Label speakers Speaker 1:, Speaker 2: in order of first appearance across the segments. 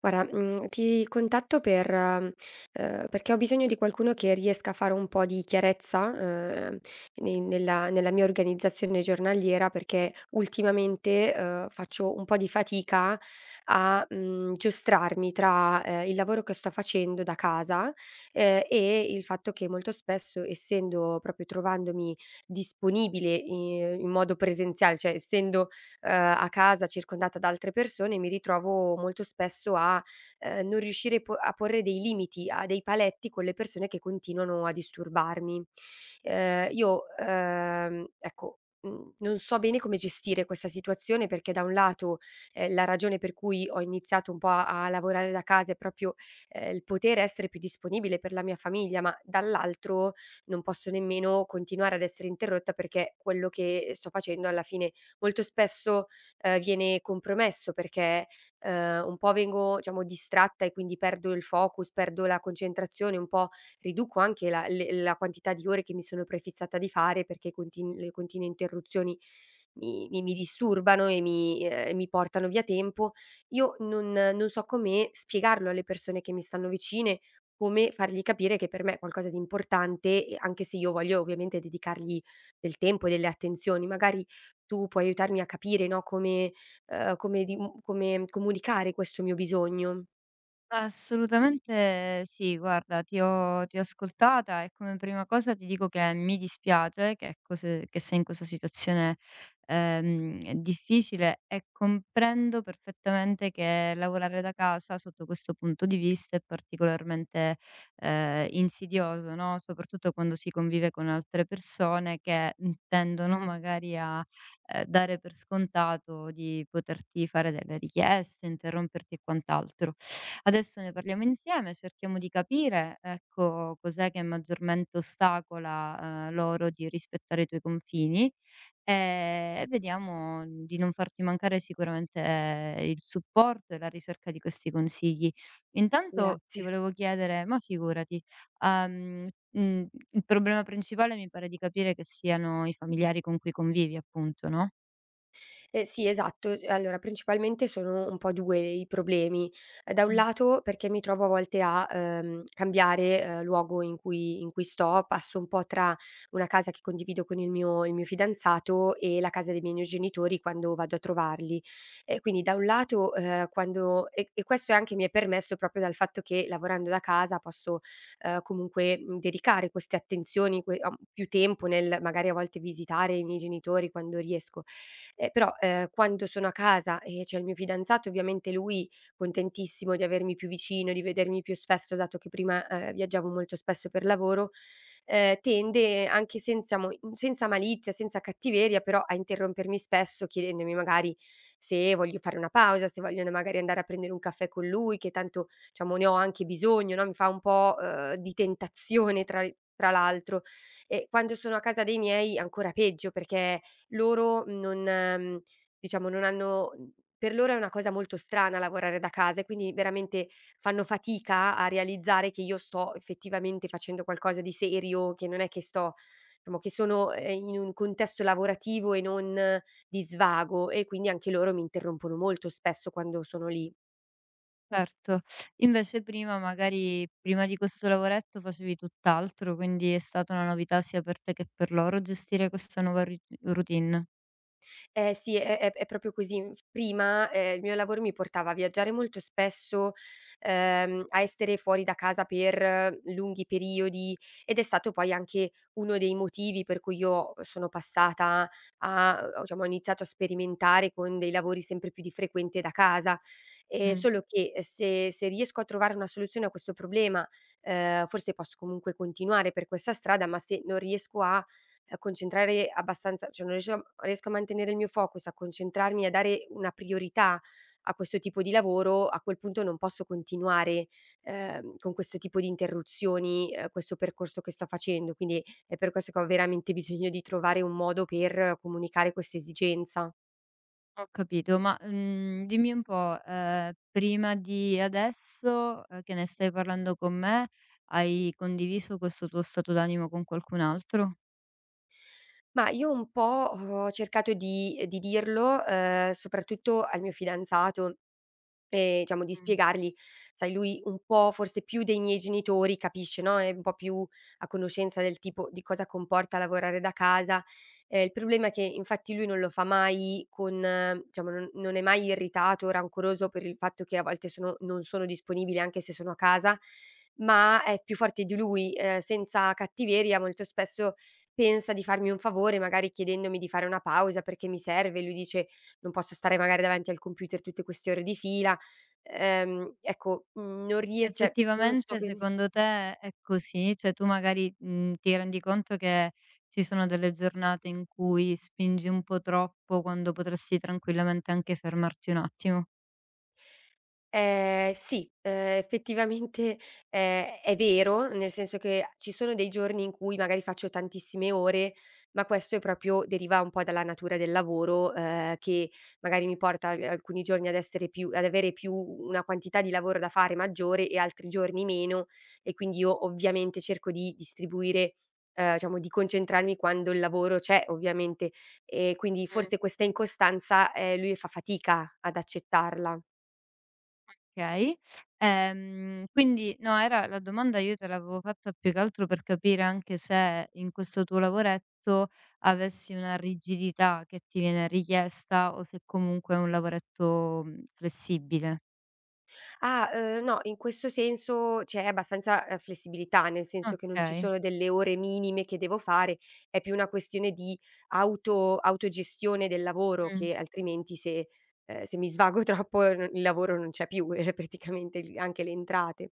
Speaker 1: Guarda, ti contatto per perché ho bisogno di qualcuno che riesca a fare un po' di chiarezza. Ehm, ne nella nella mia organizzazione giornaliera, perché ultimamente, faccio un po' di fatica a, giostrarmi tra, il lavoro che sto facendo da casa, e il fatto che molto spesso, essendo proprio trovandomi disponibile i in modo presenziale, cioè essendo ehm, a casa circondata da altre persone, mi ritrovo molto spesso a, non riuscire po a porre dei limiti, a dei paletti con le persone che continuano a disturbarmi. Ecco, non so bene come gestire questa situazione, perché da un lato, la ragione per cui ho iniziato un po' a lavorare da casa è proprio, il poter essere più disponibile per la mia famiglia, ma dall'altro non posso nemmeno continuare ad essere interrotta, perché quello che sto facendo alla fine molto spesso, viene compromesso perché, un po' vengo, diciamo, distratta, e quindi perdo il focus, perdo la concentrazione, un po' riduco anche la quantità di ore che mi sono prefissata di fare, perché contin le continue interruzioni mi disturbano e mi portano via tempo. Io non so come spiegarlo alle persone che mi stanno vicine, come fargli capire che per me è qualcosa di importante, e anche se io voglio ovviamente dedicargli del tempo e delle attenzioni, magari tu puoi aiutarmi a capire, no, come, come comunicare questo mio bisogno?
Speaker 2: Assolutamente sì, guarda, ti ho ascoltata e come prima cosa ti dico che mi dispiace che cose che sei in questa situazione, difficile, e comprendo perfettamente che lavorare da casa sotto questo punto di vista è particolarmente, insidioso, no, soprattutto quando si convive con altre persone che, tendono magari a, dare per scontato di poterti fare delle richieste, interromperti e quant'altro. Adesso ne parliamo insieme, cerchiamo di capire, ecco, cos'è che maggiormente ostacola, loro di rispettare i tuoi confini, e vediamo di non farti mancare sicuramente il supporto e la ricerca di questi consigli. Intanto ti
Speaker 1: Grazie.
Speaker 2: volevo chiedere, ma figurati, uhm, mhmm, il problema principale mi pare di capire che siano i familiari con cui convivi, appunto, no?
Speaker 1: Sì, esatto. Allora, principalmente sono un po' 2 i problemi. Da un
Speaker 2: Mh.
Speaker 1: lato, perché mi trovo a volte a, cambiare, luogo in cui sto, passo un po' tra una casa che condivido con il mio fidanzato e la casa dei miei genitori quando vado a trovarli. E quindi da un lato, quando questo anche mi è permesso proprio dal fatto che lavorando da casa posso, comunque, dedicare queste attenzioni, que a più tempo nel magari a volte visitare i miei genitori quando riesco. Però, quando sono a casa e c'è il mio fidanzato, ovviamente lui contentissimo di avermi più vicino, di vedermi più spesso, dato che prima, viaggiavo molto spesso per lavoro, tende anche senza malizia, senza cattiveria, però a interrompermi spesso, chiedendomi magari se voglio fare una pausa, se voglio n magari andare a prendere un caffè con lui, che tanto diciamo ne ho anche bisogno, no, mi fa un po', di tentazione tra l'altro. E quando sono a casa dei miei ancora peggio, perché loro non diciamo non hanno per loro è una cosa molto strana lavorare da casa, e quindi veramente fanno fatica a realizzare che io sto effettivamente facendo qualcosa di serio, che non è che sto, diciamo, che sono, in un contesto lavorativo e non di svago, e quindi anche loro mi interrompono molto spesso quando sono lì.
Speaker 2: Certo. Invece prima magari, prima di questo lavoretto facevi tutt'altro, quindi è stata una novità sia per te che per loro gestire questa nuova routine.
Speaker 1: Eh sì, è proprio così. Prima, il mio lavoro mi portava a viaggiare molto spesso, a essere fuori da casa per lunghi periodi, ed è stato poi anche uno dei motivi per cui io sono passata a, diciamo, ho iniziato a sperimentare con dei lavori sempre più di frequente da casa.
Speaker 2: Mh,
Speaker 1: Solo che se riesco a trovare una soluzione a questo problema, forse posso comunque continuare per questa strada, ma se non riesco a concentrare abbastanza, cioè non riuscivo riesco a mantenere il mio focus, a concentrarmi, a dare una priorità a questo tipo di lavoro, a quel punto non posso continuare, con questo tipo di interruzioni, questo percorso che sto facendo. Quindi è per questo che ho veramente bisogno di trovare un modo per comunicare questa esigenza.
Speaker 2: ho capito, ma, dimmi un po', prima di adesso, che ne stai parlando con me, hai condiviso questo tuo stato d'animo con qualcun altro?
Speaker 1: Ma io un po' ho cercato di dirlo, soprattutto al mio fidanzato. Diciamo di
Speaker 2: Mh.
Speaker 1: spiegargli, sai, lui un po' forse più dei miei genitori capisce, no, è un po' più a conoscenza del tipo di cosa comporta lavorare da casa. Il problema è che infatti lui non lo fa mai con diciamo, non è mai irritato o rancoroso per il fatto che a volte sono non sono disponibile anche se sono a casa, ma è più forte di lui, senza cattiveria molto spesso pensa di farmi un favore, magari chiedendomi di fare una pausa perché mi serve, lui dice: "Non posso stare magari davanti al computer tutte queste ore di fila." Ecco, mhmm, non ries cioè, non so
Speaker 2: Effettivamente
Speaker 1: bene.
Speaker 2: secondo te è così? Cioè tu magari, ti rendi conto che ci sono delle giornate in cui spingi un po' troppo quando potresti tranquillamente anche fermarti un attimo.
Speaker 1: Sì, effettivamente, è vero, nel senso che ci sono dei giorni in cui magari faccio tantissime ore, ma questo è proprio, deriva un po' dalla natura del lavoro, che magari mi porta al alcuni giorni ad essere più ad avere più una quantità di lavoro da fare maggiore e altri giorni meno, e quindi io ovviamente cerco di distribuire, diciamo, di concentrarmi quando il lavoro c'è, ovviamente, e quindi
Speaker 2: Mh.
Speaker 1: forse questa incostanza, lui fa fatica ad accettarla.
Speaker 2: Okay. Quindi no, era la domanda, io te l'avevo fatta più che altro per capire anche se in questo tuo lavoretto avessi una rigidità che ti viene richiesta o se comunque è un lavoretto, flessibile.
Speaker 1: Ah, no, in questo senso c'è abbastanza, flessibilità, nel senso che non ci
Speaker 2: Okay.
Speaker 1: sono delle ore minime che devo fare, è più una questione di autogestione del lavoro,
Speaker 2: Mh.
Speaker 1: che altrimenti, se se mi svago troppo n il lavoro non c'è più, praticamente il anche le entrate.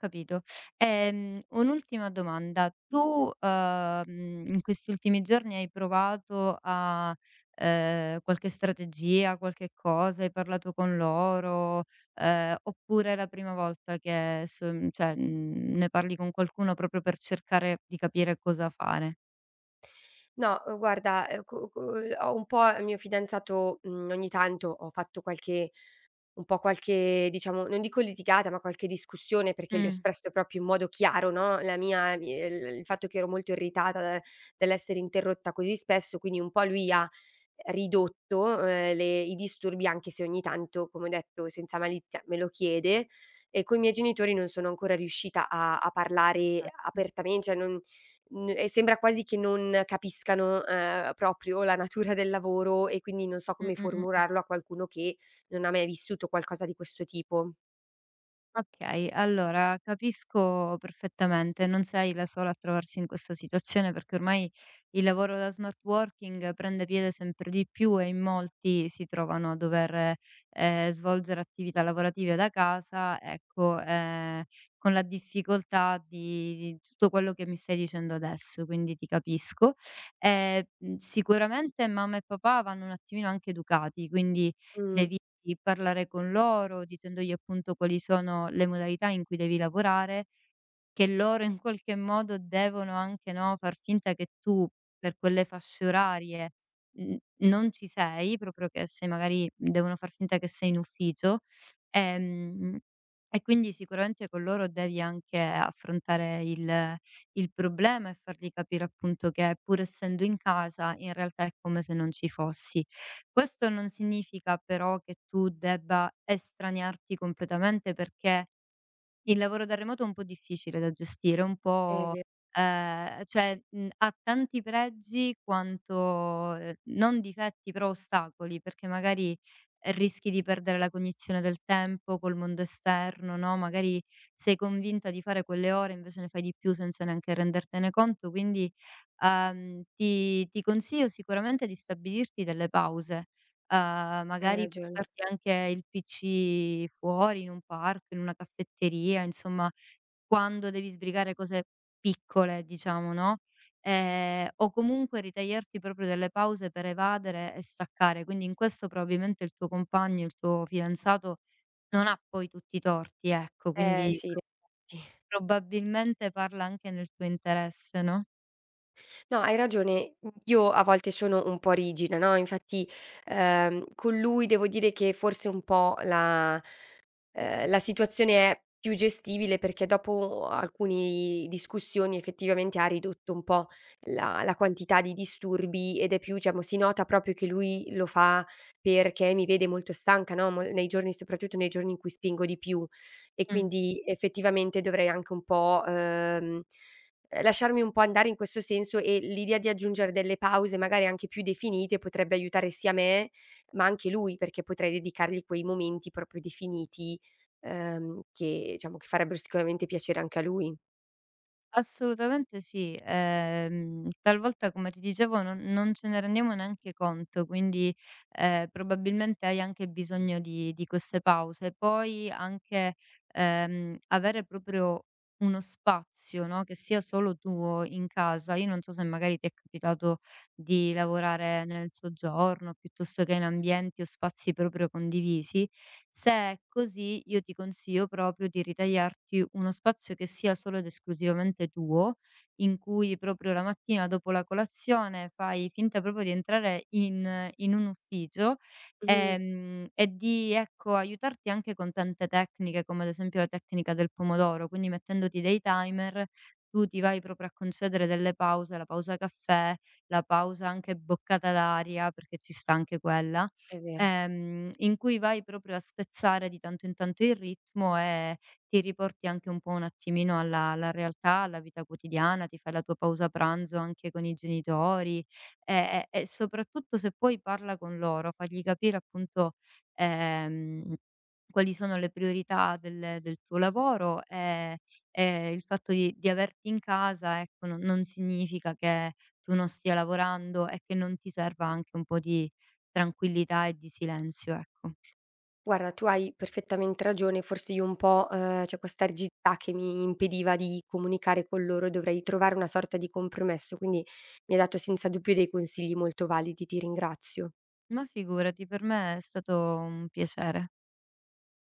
Speaker 2: Capito. Un'ultima domanda. Tu, in questi ultimi giorni hai provato a qualche strategia, qualche cosa, hai parlato con loro, oppure è la prima volta che ne parli con qualcuno proprio per cercare di capire cosa fare?
Speaker 1: No, guarda, co co ho un po', il mio fidanzato, ogni tanto ho fatto qualche, un po' qualche, diciamo, non dico litigata, ma qualche discussione, perché gli ho
Speaker 2: Mh,
Speaker 1: espresso proprio in modo chiaro, no, la mia mi il fatto che ero molto irritata da dall'essere interrotta così spesso, quindi un po' lui ha ridotto, le i disturbi, anche se ogni tanto, come ho detto, senza malizia, me lo chiede. E coi miei genitori non sono ancora riuscita a parlare
Speaker 2: perfetto.
Speaker 1: apertamen cioè, non n e sembra quasi che non capiscano, proprio la natura del lavoro, e quindi non so
Speaker 2: Mh,
Speaker 1: come
Speaker 2: mh, mh.
Speaker 1: formularlo a qualcuno che non ha mai vissuto qualcosa di questo tipo.
Speaker 2: Okay, allora capisco perfettamente, non sei la sola a trovarsi in questa situazione, perché ormai il lavoro da smart working prende piede sempre di più e in molti si trovano a dover, svolgere attività lavorative da casa, ecco, con la difficoltà di tutto quello che mi stai dicendo adesso, quindi ti capisco. Sicuramente mamma e papà vanno un attimino anche educati, quindi
Speaker 1: Mh,
Speaker 2: devi parlare con loro dicendogli appunto quali sono le modalità in cui devi lavorare, che loro in qualche modo devono anche, no, far finta che tu per quelle fasce orarie, mhmm, non ci sei, proprio che sei, magari devono far finta che sei in ufficio, ehm, e quindi sicuramente con loro devi anche affrontare il problema e fargli capire appunto che pur essendo in casa, in realtà è come se non ci fossi. Questo non significa però che tu debba estraniarti completamente, perché il lavoro da remoto è un po' difficile da gestire, un
Speaker 1: è
Speaker 2: po'
Speaker 1: ve
Speaker 2: ha tanti pregi quanto non difetti, però ostacoli, perché magari rischi di perdere la cognizione del tempo col mondo esterno, no, magari sei convinta di fare quelle ore, invece ne fai di più senza neanche rendertene conto, quindi, ti consiglio sicuramente di stabilirti delle pause.
Speaker 1: hai
Speaker 2: Magari
Speaker 1: ragione.
Speaker 2: portarti anche il PC fuori in un parco, in una caffetteria, insomma quando devi sbrigare cose piccole, diciamo, no, o comunque ritagliarti proprio delle pause per evadere e staccare. Quindi in questo probabilmente il tuo compagno, il tuo fidanzato non ha poi tutti i torti, ecco,
Speaker 1: Eh
Speaker 2: quindi
Speaker 1: sì, in effetti.
Speaker 2: probabilmente parla anche nel tuo interesse, no?
Speaker 1: No, hai ragione. Mhmm, io a volte sono un po' rigida, no, infatti, con lui devo dire che forse un po' la situazione è più gestibile, perché dopo alcuni discussioni effettivamente ha ridotto un po' la quantità di disturbi, ed è più, diciamo, si nota proprio che lui lo fa perché mi vede molto stanca, no, mo nei giorni, soprattutto nei giorni in cui spingo di più, e
Speaker 2: Mh.
Speaker 1: quindi effettivamente dovrei anche un po', lasciarmi un po' andare in questo senso. E l'idea di aggiungere delle pause magari anche più definite potrebbe aiutare sia me, ma anche lui, perché potrei dedicargli quei momenti proprio definiti. Che, diciamo, che farebbero sicuramente piacere anche a lui.
Speaker 2: Assolutamente sì, talvolta, come ti dicevo, non ce ne rendiamo neanche conto, quindi, probabilmente hai anche bisogno di queste pause. Poi anche, avere proprio uno spazio, no, che sia solo tuo in casa. Io non so se magari ti è capitato di lavorare nel soggiorno piuttosto che in ambienti o spazi proprio condivisi. Se è così, io ti consiglio proprio di ritagliarti uno spazio che sia solo ed esclusivamente tuo, in cui proprio la mattina dopo la colazione fai finta proprio di entrare in, in un ufficio,
Speaker 1: Mh-mh.
Speaker 2: e, di ecco, aiutarti anche con tante tecniche, come ad esempio la tecnica del pomodoro, quindi mettendoti dei timer, tu ti vai proprio a concedere delle pause, la pausa caffè, la pausa anche boccata d'aria, perché ci sta anche quella,
Speaker 1: È vero.
Speaker 2: in cui vai proprio a spezzare di tanto in tanto il ritmo e ti riporti anche un po' un attimino alla realtà, alla vita quotidiana, ti fai la tua pausa pranzo anche con i genitori e e soprattutto se puoi parla con loro, fagli capire appunto, ehm, quali sono le priorità del tuo lavoro e il fatto di averti in casa, ecco, non significa che tu non stia lavorando e che non ti serva anche un po' di tranquillità e di silenzio, ecco.
Speaker 1: Guarda, tu hai perfettamente ragione, forse io un po', c'è questa rigidità che mi impediva di comunicare con loro, e dovrei trovare una sorta di compromesso, quindi mi hai dato senza dubbio dei consigli molto validi, ti ringrazio.
Speaker 2: Ma figurati, per me è stato un piacere.